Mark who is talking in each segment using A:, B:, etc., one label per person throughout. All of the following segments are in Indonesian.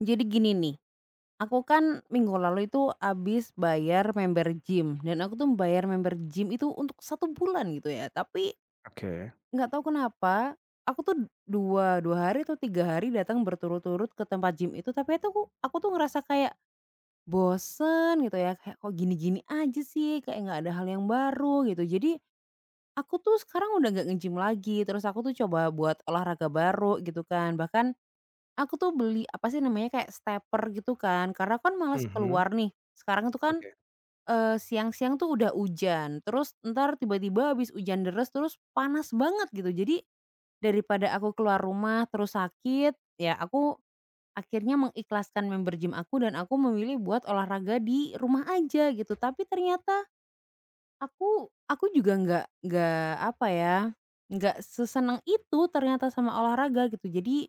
A: Jadi gini nih, aku kan minggu lalu itu abis bayar member gym dan aku tuh bayar member gym itu untuk 1 bulan gitu ya. Tapi
B: Oke.
A: nggak tahu kenapa aku tuh 2 2 hari atau 3 hari datang berturut-turut ke tempat gym itu tapi itu aku tuh ngerasa kayak bosen gitu ya, kayak kok gini-gini aja sih, kayak nggak ada hal yang baru gitu. Jadi aku tuh sekarang udah nggak nge-gym lagi, terus aku tuh coba buat olahraga baru gitu kan. Bahkan aku tuh beli apa sih namanya, kayak stepper gitu kan, karena kan males
B: Mhm.
A: keluar nih. Sekarang itu kan,
B: Oke
A: siang-siang tuh udah hujan, terus ntar tiba-tiba habis hujan deres, terus panas banget gitu. Jadi daripada aku keluar rumah terus sakit, ya aku akhirnya mengikhlaskan member gym aku dan aku memilih buat olahraga di rumah aja gitu. Tapi ternyata aku juga nggak apa ya, nggak seseneng itu ternyata sama olahraga gitu. Jadi,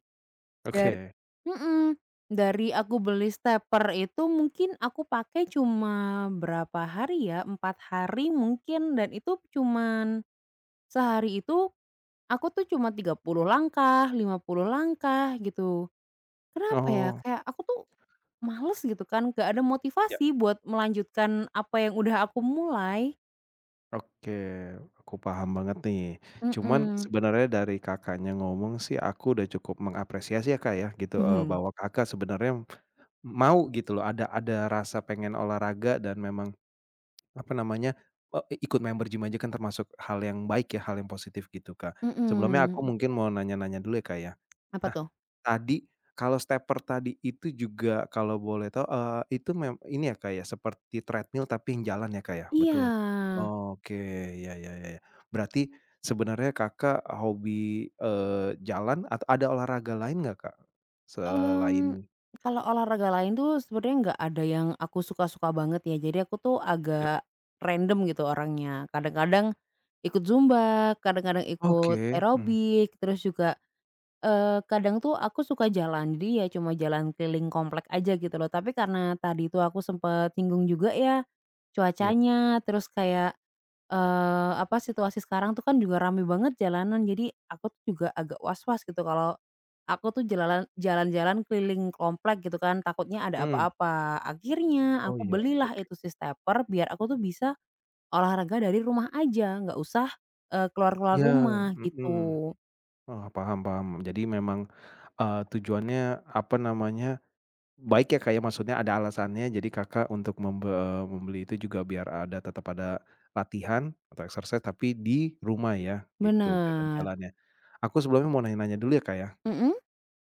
A: Dar
B: oke.
A: mhm, dari aku beli stepper itu mungkin aku pakai cuma berapa hari ya, 4 hari mungkin dan itu cuman sehari itu aku tuh cuma 30 langkah, 50 langkah gitu. Kenapa ya,
B: Oh,
A: kayak aku tuh males gitu kan, gak ada
B: ya.
A: motivasi buat melanjutkan apa yang udah aku mulai.
B: Oke. Aku paham banget nih. Cuman
A: Mhm.
B: sebenarnya dari Kakaknya ngomong sih aku udah cukup mengapresiasi ya, Kak, ya gitu,
A: Mhm.
B: bahwa Kakak sebenarnya mau gitu loh, ada rasa pengen olahraga dan memang apa namanya, ikut member gym aja kan termasuk hal yang baik ya, hal yang positif gitu, Kak. Sebelumnya aku
A: Mhm.
B: mungkin mau nanya-nanya dulu ya, Kak, ya.
A: Apa
B: Nah,
A: tuh?
B: tadi kalau stepper tadi itu juga kalau boleh tahu, itu ini ya, Kak, ya, seperti treadmill tapi yang jalan ya, Kak, ya?
A: Iya.
B: Betul? Oke, ya ya ya ya. Berarti sebenarnya Kakak hobi, eee, jalan atau ada olahraga lain nggak, Kak?
A: Mmm,
B: Selain
A: kalau olahraga lain tuh sebenarnya nggak ada yang aku suka-suka banget ya, jadi aku tuh
B: ya
A: agak random gitu orangnya. Kadang-kadang ikut zumba, kadang-kadang ikut
B: oke, mmm,
A: aerobik, terus juga, kadang tuh aku suka jalan, jadi ya cuma jalan keliling komplek aja gitu loh. Tapi karena tadi tuh aku sempet singgung juga ya,
B: iya,
A: cuacanya, terus kayak apa, situasi sekarang tuh kan juga rame banget jalanan, jadi aku tuh juga agak was-was gitu kalau aku tuh jalan-jalan keliling komplek gitu kan, takutnya ada
B: mhm.
A: apa-apa. Akhirnya
B: Oh
A: aku
B: iya,
A: belilah
B: oke.
A: itu si stepper biar aku tuh bisa olahraga dari rumah aja, nggak usah, keluar-keluar
B: Iya,
A: rumah
B: mhm.
A: gitu.
B: Oh, paham paham. Jadi memang, tujuannya, apa namanya, baik ya, kayak maksudnya ada alasannya. Jadi Kakak untuk membeli itu juga biar ada tetap ada latihan atau exercise tapi di rumah ya, gitu, biar ada
A: Bener.
B: jalannya. Aku sebelumnya mau nanya-nanya dulu ya, Kak, ya?
A: Mhm?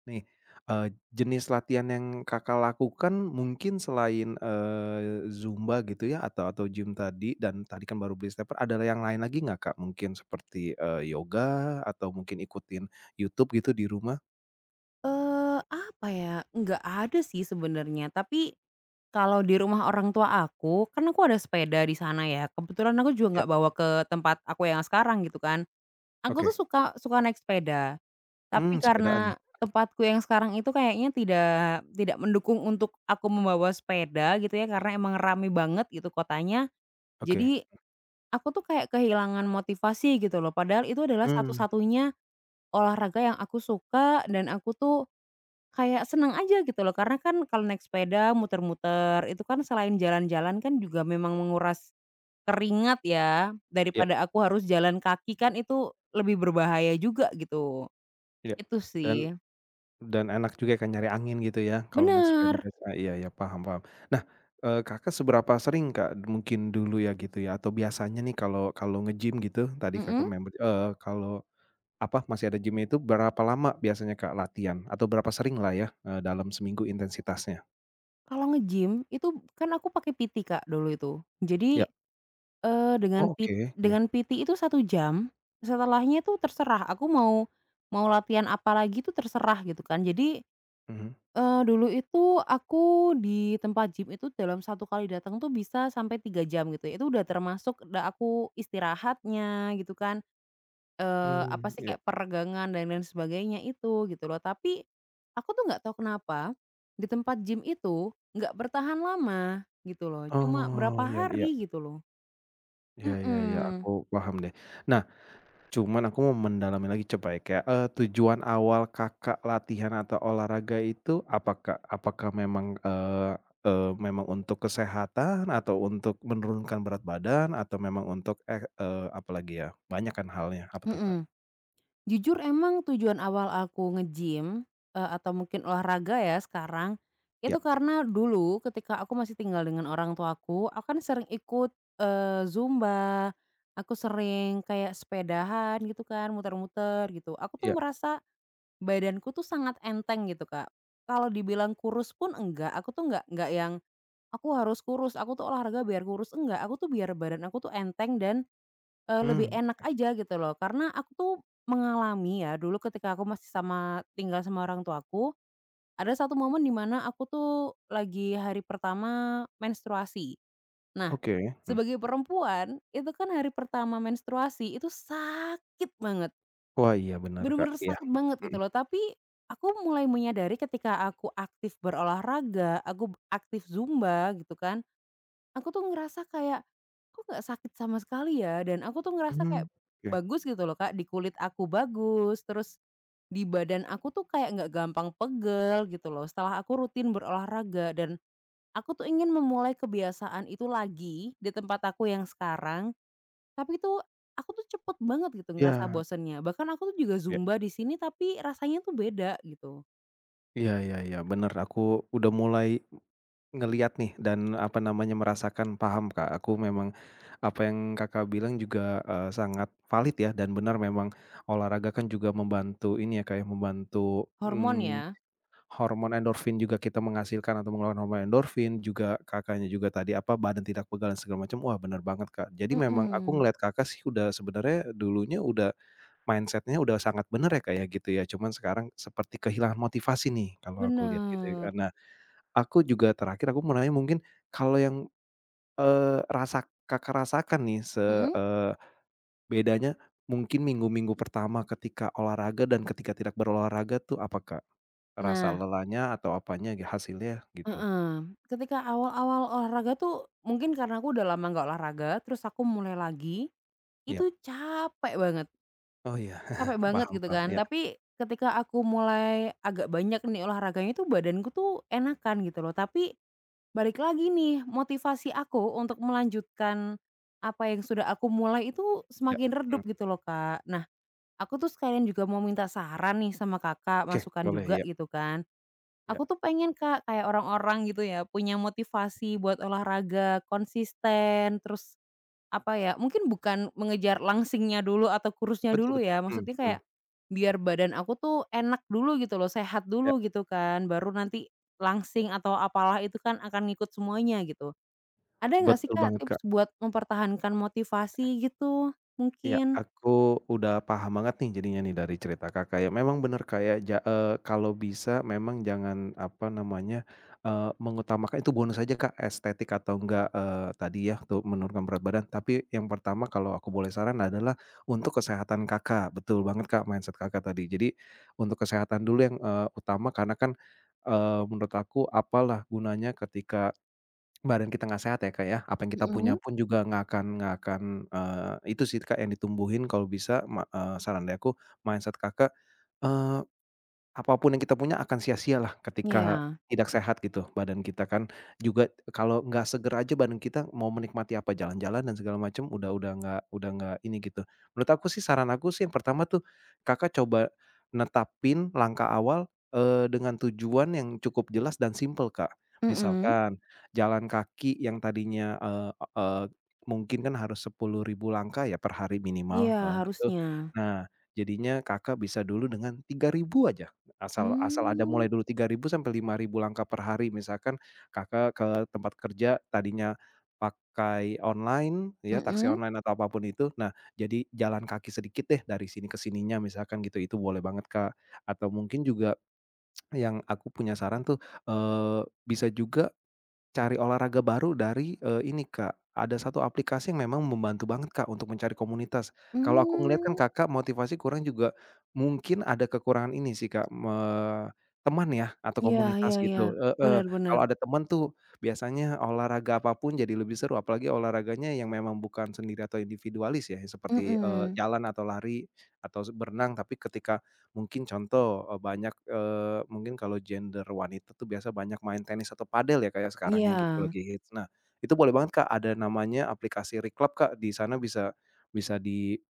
B: Nih, eee, jenis latihan yang Kakak lakukan mungkin selain, Zumba gitu ya atau gym tadi dan tadi kan baru beli stepper, ada yang lain lagi nggak, Kak? Mungkin seperti, yoga atau mungkin ikutin YouTube gitu di rumah?
A: Apa ya, nggak ada sih sebenarnya, tapi kalau di rumah orang tua aku, kan aku ada sepeda di sana ya, kebetulan aku
B: Ya,
A: juga nggak bawa ke tempat aku yang sekarang gitu kan. Aku tuh
B: oke.
A: suka suka naik sepeda, tapi
B: Sepedaan ya?
A: karena tempatku yang sekarang itu kayaknya tidak tidak mendukung untuk aku membawa sepeda gitu ya, karena emang rame banget gitu kotanya.
B: Oke.
A: Jadi, aku tuh kayak kehilangan motivasi gitu loh, padahal itu adalah
B: Mmm,
A: satu-satunya olahraga yang aku suka dan aku tuh kayak seneng aja gitu loh, karena kan kalau naik sepeda muter-muter itu kan selain jalan-jalan kan juga memang menguras keringat ya,
B: iya
A: daripada aku harus jalan kaki kan itu lebih berbahaya juga gitu.
B: iya.
A: Itu
B: Dan
A: sih.
B: Dan enak juga kan nyari angin gitu ya kalau naik sepeda
A: Bener,
B: biasa iya ya paham paham. Nah, Kakak seberapa sering, Kak, mungkin dulu ya gitu ya atau biasanya nih kalau kalau nge-gym gitu tadi Kakak
A: mhm,
B: kalau apa masih ada gym-nya itu berapa lama biasanya, Kak, latihan atau berapa sering lah ya, dalam seminggu intensitasnya?
A: kalau nge-gym itu kan aku pakai PT Kak dulu itu.
B: Ya,
A: Jadi,
B: oke, iya,
A: dengan PT itu 1 jam, setelahnya itu terserah aku mau mau latihan apa lagi itu terserah gitu kan. Jadi,
B: mhm,
A: Dulu itu aku di tempat gym itu dalam satu kali datang tuh bisa sampai 3 jam gitu ya, itu udah termasuk udah aku istirahatnya gitu kan, apa
B: mmm,
A: sih
B: iya.
A: kayak peregangan dan lain sebagainya itu gitu loh. Tapi aku tuh nggak tahu kenapa di tempat gym itu nggak bertahan lama gitu loh, cuma berapa
B: Oh, iya iya,
A: hari gitu loh.
B: iya iya iya, aku
A: Mhm,
B: paham deh. Nah, cuman aku mau mendalami lagi coba ya kayak, tujuan awal Kakak latihan atau olahraga itu apakah Apakah memang, eee eee, memang untuk kesehatan atau untuk menurunkan berat badan atau memang untuk, apalagi ya, banyak kan halnya, apa tuh, Kak?
A: mhm. Jujur emang tujuan awal aku nge-gym, atau mungkin olahraga ya sekarang, itu
B: Ya
A: karena dulu ketika aku masih tinggal dengan orang tuaku, aku kan sering ikut, zumba, aku sering kayak sepedahan gitu kan, muter-muter gitu. Aku tuh
B: ya,
A: merasa badanku tuh sangat enteng gitu, Kak. Kalau dibilang kurus pun enggak, aku tuh enggak yang, "Aku harus kurus, aku tuh olahraga biar kurus," enggak. Aku tuh biar badan aku tuh enteng dan lebih
B: mmm,
A: enak aja gitu loh, karena aku tuh mengalami ya, dulu ketika aku masih tinggal sama orang tuaku, ada satu momen dimana aku tuh lagi hari pertama menstruasi. Nah,
B: oke, mmm.
A: sebagai perempuan, itu kan hari pertama menstruasi itu sakit banget,
B: Wah, iya benar Kak,
A: bener-bener
B: ya
A: sakit banget gitu
B: mhm
A: loh, tapi aku mulai menyadari ketika aku aktif berolahraga, aku aktif zumba gitu kan, aku tuh ngerasa kayak, "Kok nggak sakit sama sekali ya?" Dan aku tuh ngerasa
B: mhm,
A: kayak
B: oke,
A: bagus gitu loh, Kak, di kulit aku bagus, terus di badan aku tuh kayak nggak gampang pegel gitu loh, setelah aku rutin berolahraga. Dan aku tuh ingin memulai kebiasaan itu lagi di tempat aku yang sekarang, tapi tuh aku tuh cepet banget gitu ngerasa
B: ya
A: bosennya. Bahkan aku tuh juga
B: ya
A: zumba di sini, tapi rasanya tuh beda gitu.
B: ya ya iya, bener aku udah mulai ngelihat nih dan apa namanya, merasakan paham, Kak. Aku memang apa yang Kakak bilang juga, sangat valid ya dan benar memang olahraga kan juga membantu ini ya, kayak membantu,
A: Hormon
B: mmm,
A: ya.
B: hormon endorfin juga kita menghasilkan atau mengeluarkan hormon endorfin, juga Kakaknya juga tadi apa, badan tidak pegal dan segala macam. Wah, benar banget, Kak. Jadi memang aku
A: Mhm,
B: ngelihat Kakak sih udah sebenarnya dulunya udah mindsetnya udah sangat benar ya, kayak gitu ya. Cuman sekarang seperti kehilangan motivasi nih kalau aku lihat gitu ya,
A: bener.
B: karena aku juga terakhir aku mau nanya mungkin kalau yang, eee, rasa Kakak rasakan nih
A: Mhm.
B: eee, bedanya mungkin minggu-minggu pertama ketika olahraga dan ketika tidak berolahraga tuh apa, Kak? Rasa
A: Nah.
B: lelahnya atau apanya hasilnya gitu?
A: Heeh, ketika awal-awal olahraga tuh mungkin karena aku udah lama nggak olahraga, terus aku mulai lagi,
B: Iya.
A: itu
B: Oh iya,
A: capek banget
B: paham
A: gitu
B: paham,
A: kan.
B: iya
A: Tapi ketika aku mulai agak banyak nih olahraganya itu badanku tuh enakan gitu loh. Tapi balik lagi nih motivasi aku untuk melanjutkan apa yang sudah aku mulai itu
B: iya,
A: semakin
B: mmm,
A: redup gitu loh, Kak. Nah, aku tuh sekalian juga mau minta saran nih sama Kakak,
B: oke
A: masukan
B: boleh,
A: juga
B: ya
A: gitu kan.
B: ya
A: Aku tuh pengen Kak, kayak orang-orang gitu ya, punya motivasi buat olahraga konsisten, terus apa ya, mungkin bukan mengejar langsingnya dulu atau kurusnya
B: betul
A: dulu
B: betul,
A: ya,
B: mhm
A: maksudnya
B: mhm,
A: kayak biar badan aku tuh enak dulu gitu loh, sehat
B: iya,
A: dulu gitu kan, baru nanti langsing atau apalah itu kan akan ngikut semuanya gitu. Ada nggak sih
B: betul
A: Kak,
B: banget, Kak.
A: tips buat mempertahankan motivasi gitu
B: Iya,
A: mungkin?
B: aku udah paham banget nih jadinya nih dari cerita Kakak ya. Memang bener kayak kalau bisa memang jangan apa namanya, mengutamakan itu bonus aja Kak, estetik atau enggak, tadi ya untuk menurunkan berat badan. Tapi yang pertama kalau aku boleh saran adalah untuk kesehatan Kakak, betul banget Kak mindset Kakak tadi. Jadi untuk kesehatan dulu yang, utama karena kan, menurut aku apalah gunanya ketika badan kita nggak sehat ya, Kak, ya, apa yang kita punya
A: Mhm,
B: pun juga nggak akan, itu sih, Kak, yang ditumbuhin kalau bisa saran dari aku mindset Kakak, eee apapun yang kita punya akan sia-sialah ketika
A: iya,
B: tidak sehat gitu badan kita kan, juga kalau nggak seger aja badan kita mau menikmati apa, jalan-jalan dan segala macam udah nggak udah nggak ini gitu. Menurut aku sih saran aku sih yang pertama tuh, Kakak coba netapin langkah awal, dengan tujuan yang cukup jelas dan simpel, Kak.
A: mhm,
B: Misalkan jalan kaki yang tadinya, eee eee, mungkin kan harus 10.000 langkah ya per hari minimal,
A: iya
B: heeh, gitu.
A: harusnya.
B: Nah jadinya Kakak bisa dulu dengan 3.000 aja. Asal asal ada
A: Mmm,
B: mulai dulu 3.000 sampai 5.000 langkah per hari, misalkan Kakak ke tempat kerja tadinya pakai online ya, taksi
A: mhm,
B: online atau apapun itu, nah jadi jalan kaki sedikit deh dari sini ke sininya misalkan gitu, itu boleh banget Kak. Atau mungkin juga yang aku punya saran tuh, eee, bisa juga cari olahraga baru dari, ini Kak, ada satu aplikasi yang memang membantu banget Kak untuk mencari komunitas. Kalau aku ngelihat kan
A: mmm.
B: Kakak motivasi kurang juga, mungkin ada kekurangan ini sih Kak, teman ya atau
A: Iya iya
B: komunitas
A: iya,
B: gitu heeh, kalau
A: benar-benar.
B: ada teman tuh biasanya olahraga apa pun jadi lebih seru, apalagi olahraganya yang memang bukan sendiri atau individualis ya, seperti,
A: Mhm.
B: jalan atau lari atau berenang, tapi ketika. Contoh, banyak, mungkin kalau gender wanita tuh biasa banyak main tenis atau padel ya, kayak sekarang
A: Iya.
B: yang gitu lagi hits. Nah, itu boleh banget, Kak, ada namanya aplikasi Reclub, Kak, di sana bisa bisa di-download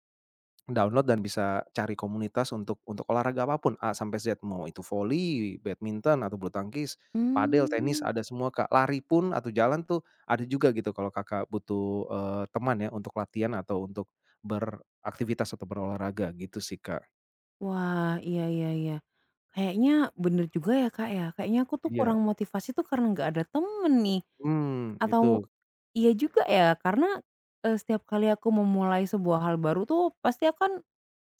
B: dan bisa cari komunitas untuk olahraga apapun A sampai Z, mau itu voli, badminton, atau bulu tangkis, padel, tenis,
A: Mmm.
B: ada semua, Kak. Lari pun atau jalan tuh ada juga gitu kalau Kakak butuh, teman ya untuk latihan atau untuk beraktivitas atau berolahraga gitu sih, Kak.
A: Wah, iya iya iya. Kayaknya bener juga ya, Kak, ya, kayaknya aku tuh
B: Iya.
A: kurang motivasi tuh karena nggak ada temen nih,
B: Mmm, itu,
A: atau iya juga ya karena, setiap kali aku memulai sebuah hal baru tuh pasti aku kan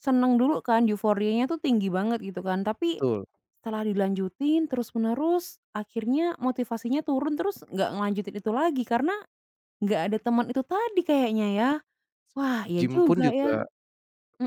A: seneng dulu kan, euforianya tuh tinggi banget gitu kan, tapi
B: betul.
A: setelah dilanjutin terus-menerus akhirnya motivasinya turun, terus nggak ngelanjutin itu lagi karena nggak ada teman itu tadi kayaknya ya. Wah,
B: Seperti
A: iya
B: gym pun
A: juga ya.
B: juga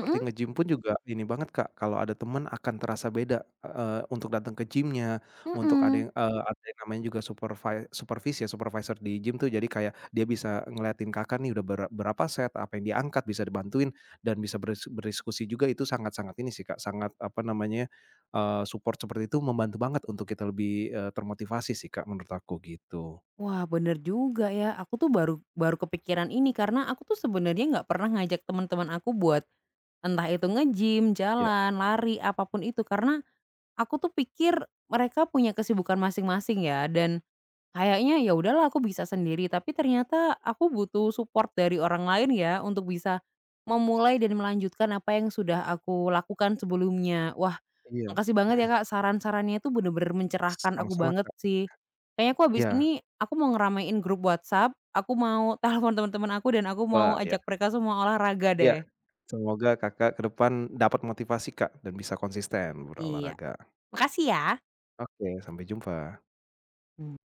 B: seperti nge-gym pun juga ini banget, Kak, kalau ada teman akan terasa beda, untuk datang ke gym-nya, untuk ada
A: mhm.
B: yang, ada yang namanya juga supervisi ya, supervisor di gym tuh, jadi kayak dia bisa ngeliatin Kakak nih udah berapa set, apa yang diangkat, bisa dibantuin dan bisa berdiskusi juga itu sangat-sangat ini sih, Kak, sangat apa namanya, support seperti itu membantu banget untuk kita lebih, termotivasi sih, Kak, menurut aku gitu.
A: Wah, bener juga ya. Aku tuh baru baru kepikiran ini karena aku tuh sebenarnya nggak pernah ngajak teman-teman aku buat entah itu nge-gym,
B: Iya
A: jalan, lari, apapun itu karena aku tuh pikir mereka punya kesibukan masing-masing ya dan kayaknya ya udahlah aku bisa sendiri, tapi ternyata aku butuh support dari orang lain ya untuk bisa memulai dan melanjutkan apa yang sudah aku lakukan sebelumnya. Wah,
B: iya,
A: makasih banget ya, Kak, saran-sarannya itu bener-bener mencerahkan aku
B: sama-sama,
A: banget
B: Kak.
A: sih. Kayaknya aku habis ini,
B: Iya,
A: aku mau ngeramein grup WhatsApp, aku mau telepon teman-teman aku, dan aku mau
B: wah, ya.
A: ajak mereka semua olahraga
B: Iya,
A: deh.
B: semoga Kakak ke depan dapat motivasi, Kak, dan bisa konsisten
A: Iya,
B: berolahraga.
A: makasih ya.
B: Oke, sampai jumpa.